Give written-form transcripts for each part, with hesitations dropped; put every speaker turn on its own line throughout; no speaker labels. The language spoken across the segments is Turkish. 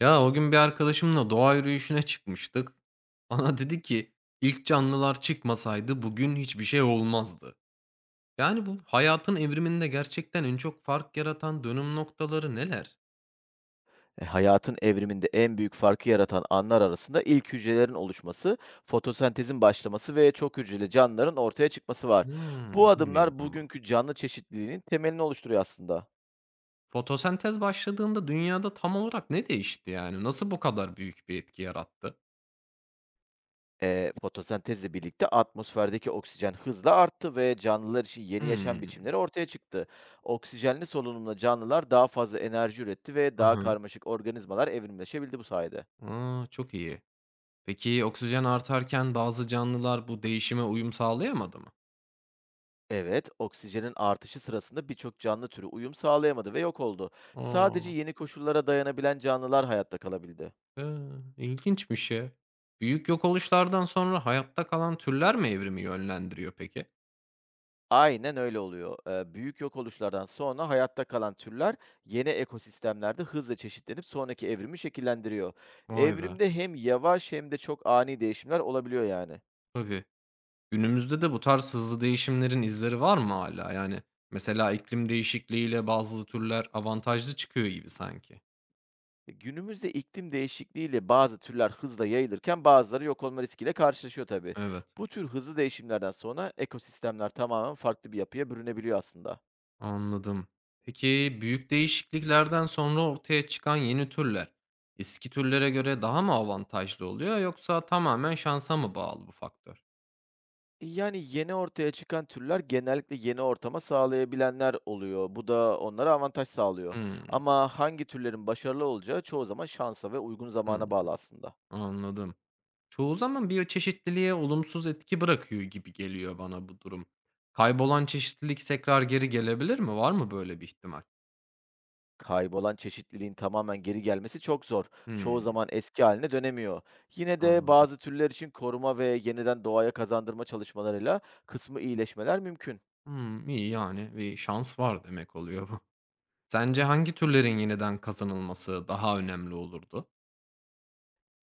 Ya o gün bir arkadaşımla doğa yürüyüşüne çıkmıştık. Bana dedi ki ilk canlılar çıkmasaydı bugün hiçbir şey olmazdı. Yani bu hayatın evriminde gerçekten en çok fark yaratan dönüm noktaları neler?
Hayatın evriminde en büyük farkı yaratan anlar arasında ilk hücrelerin oluşması, fotosentezin başlaması ve çok hücreli canlıların ortaya çıkması var.
Hmm,
Bu adımlar
bilmiyordum.
bugünkü canlı çeşitliliğinin temelini oluşturuyor aslında.
Fotosentez başladığında dünyada tam olarak ne değişti yani? Nasıl bu kadar büyük bir etki yarattı?
Fotosentezle birlikte atmosferdeki oksijen hızla arttı ve canlılar için yeni yaşam
Hmm.
biçimleri ortaya çıktı. Oksijenli solunumla canlılar daha fazla enerji üretti ve
Hı
daha
hı.
karmaşık organizmalar evrimleşebildi bu sayede.
Aa, çok iyi. Peki oksijen artarken bazı canlılar bu değişime uyum sağlayamadı mı?
Evet, oksijenin artışı sırasında birçok canlı türü uyum sağlayamadı ve yok oldu. Sadece
Aa.
yeni koşullara dayanabilen canlılar hayatta kalabildi.
Hıı, ilginçmiş ya. Büyük yok oluşlardan sonra hayatta kalan türler mi evrimi yönlendiriyor peki?
Aynen öyle oluyor. Büyük yok oluşlardan sonra hayatta kalan türler yeni ekosistemlerde hızla çeşitlenip sonraki evrimi şekillendiriyor.
Vay be.
Evrimde hem yavaş hem de çok ani değişimler olabiliyor yani.
Tabii. Günümüzde de bu tarz hızlı değişimlerin izleri var mı hala? Yani, mesela iklim değişikliğiyle bazı türler avantajlı çıkıyor gibi sanki.
Günümüzde iklim değişikliğiyle bazı türler hızla yayılırken bazıları yok olma riskiyle karşılaşıyor tabii.
Evet,
Bu tür hızlı değişimlerden sonra ekosistemler tamamen farklı bir yapıya bürünebiliyor aslında.
anladım. Peki, büyük değişikliklerden sonra ortaya çıkan yeni türler, eski türlere göre daha mı avantajlı oluyor yoksa tamamen şansa mı bağlı bu faktör?
Yani, yeni ortaya çıkan türler genellikle yeni ortama sağlayabilenler oluyor. Bu da onlara avantaj sağlıyor.
Hımm.
Ama hangi türlerin başarılı olacağı çoğu zaman şansa ve uygun
Hımm,
zamana bağlı aslında.
anladım. Çoğu zaman biyoçeşitliliğe olumsuz etki bırakıyor gibi geliyor bana bu durum. Kaybolan çeşitlilik tekrar geri gelebilir mi? Var mı böyle bir ihtimal?
Kaybolan çeşitliliğin tamamen geri gelmesi çok zor. Çoğu
Hımm,
zaman eski haline dönemiyor. Yine de
anladım.
bazı türler için koruma ve yeniden doğaya kazandırma çalışmalarıyla kısmı iyileşmeler mümkün.
Hımm, iyi, yani, bir şans var demek oluyor bu. Sence hangi türlerin yeniden kazanılması daha önemli olurdu?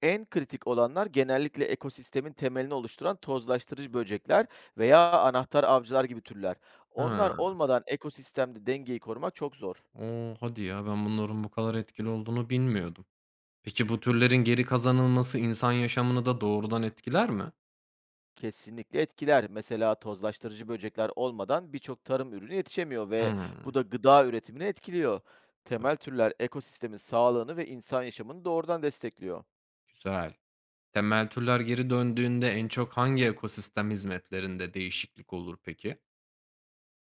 En kritik olanlar genellikle ekosistemin temelini oluşturan tozlaştırıcı böcekler veya anahtar avcılar gibi türler. Onlar
Ha.
olmadan ekosistemde dengeyi korumak çok zor.
O! Hadi ya, ben bunların bu kadar etkili olduğunu bilmiyordum. Peki bu türlerin geri kazanılması insan yaşamını da doğrudan etkiler mi?
Kesinlikle etkiler. Mesela tozlaştırıcı böcekler olmadan birçok tarım ürünü yetişemiyor ve bu
Hımm.
da gıda üretimini etkiliyor. Temel
Tabii.
türler ekosistemin sağlığını ve insan yaşamını doğrudan destekliyor.
Güzel. Temel türler geri döndüğünde en çok hangi ekosistem hizmetlerinde değişiklik olur peki?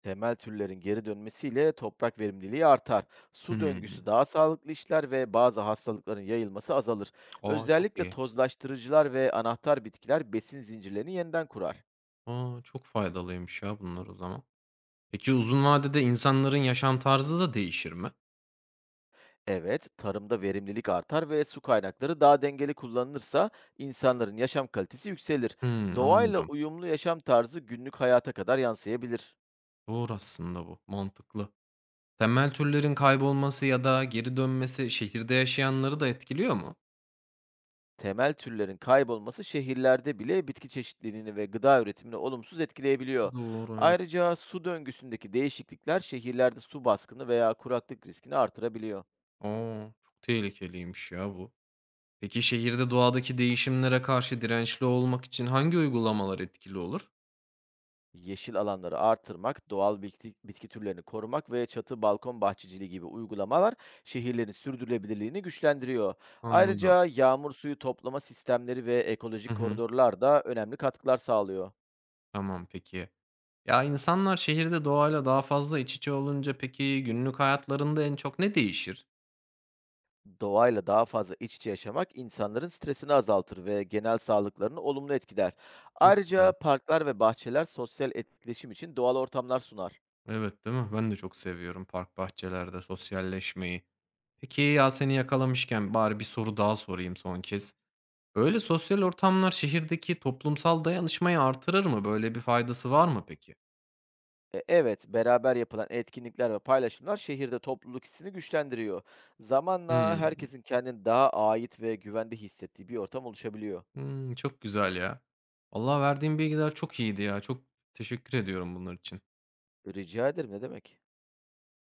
Temel türlerin geri dönmesiyle toprak verimliliği artar. Su
Hımm.
döngüsü daha sağlıklı işler ve bazı hastalıkların yayılması azalır.
A, çok
Özellikle
iyi.
tozlaştırıcılar ve anahtar bitkiler besin zincirlerini yeniden kurar.
A, çok faydalıymış ya bunlar o zaman. Peki uzun vadede insanların yaşam tarzı da değişir mi?
Evet, tarımda verimlilik artar ve su kaynakları daha dengeli kullanılırsa insanların yaşam kalitesi yükselir.
Hımm,
Doğayla
anladım.
uyumlu yaşam tarzı günlük hayata kadar yansıyabilir.
Doğru aslında bu, mantıklı. Temel türlerin kaybolması ya da geri dönmesi şehirde yaşayanları da etkiliyor mu?
Temel türlerin kaybolması şehirlerde bile bitki çeşitliliğini ve gıda üretimini olumsuz etkileyebiliyor.
Doğru, evet.
Ayrıca su döngüsündeki değişiklikler şehirlerde su baskını veya kuraklık riskini artırabiliyor.
A, çok tehlikeliymiş ya bu. Peki şehirde doğadaki değişimlere karşı dirençli olmak için hangi uygulamalar etkili olur?
Yeşil alanları artırmak, doğal bitki, bitki türlerini korumak ve çatı balkon bahçeciliği gibi uygulamalar şehirlerin sürdürülebilirliğini güçlendiriyor.
Anladım.
Ayrıca yağmur suyu toplama sistemleri ve
Hı
ekolojik
hı.
koridorlar da önemli katkılar sağlıyor.
Tamam, peki. Ya, insanlar şehirde doğayla daha fazla iç içe olunca peki günlük hayatlarında en çok ne değişir?
Doğayla daha fazla iç içe yaşamak insanların stresini azaltır ve genel sağlıklarını olumlu etkiler.
Çok
Ayrıca
güzel.
parklar ve bahçeler sosyal etkileşim için doğal ortamlar sunar.
Evet, değil mi? Ben de çok seviyorum park, bahçelerde sosyalleşmeyi. Peki, ya, seni yakalamışken bari bir soru daha sorayım son kez. Böyle sosyal ortamlar şehirdeki toplumsal dayanışmayı artırır mı? Böyle bir faydası var mı peki?
Evet, beraber yapılan etkinlikler ve paylaşımlar şehirde topluluk hissini güçlendiriyor. Zamanla
Hımm.
herkesin kendini daha ait ve güvende hissettiği bir ortam oluşabiliyor.
Hımm, çok güzel ya. Allah verdiğin bilgiler çok iyiydi ya. Çok teşekkür ediyorum bunlar için.
Rica ederim, ne demek?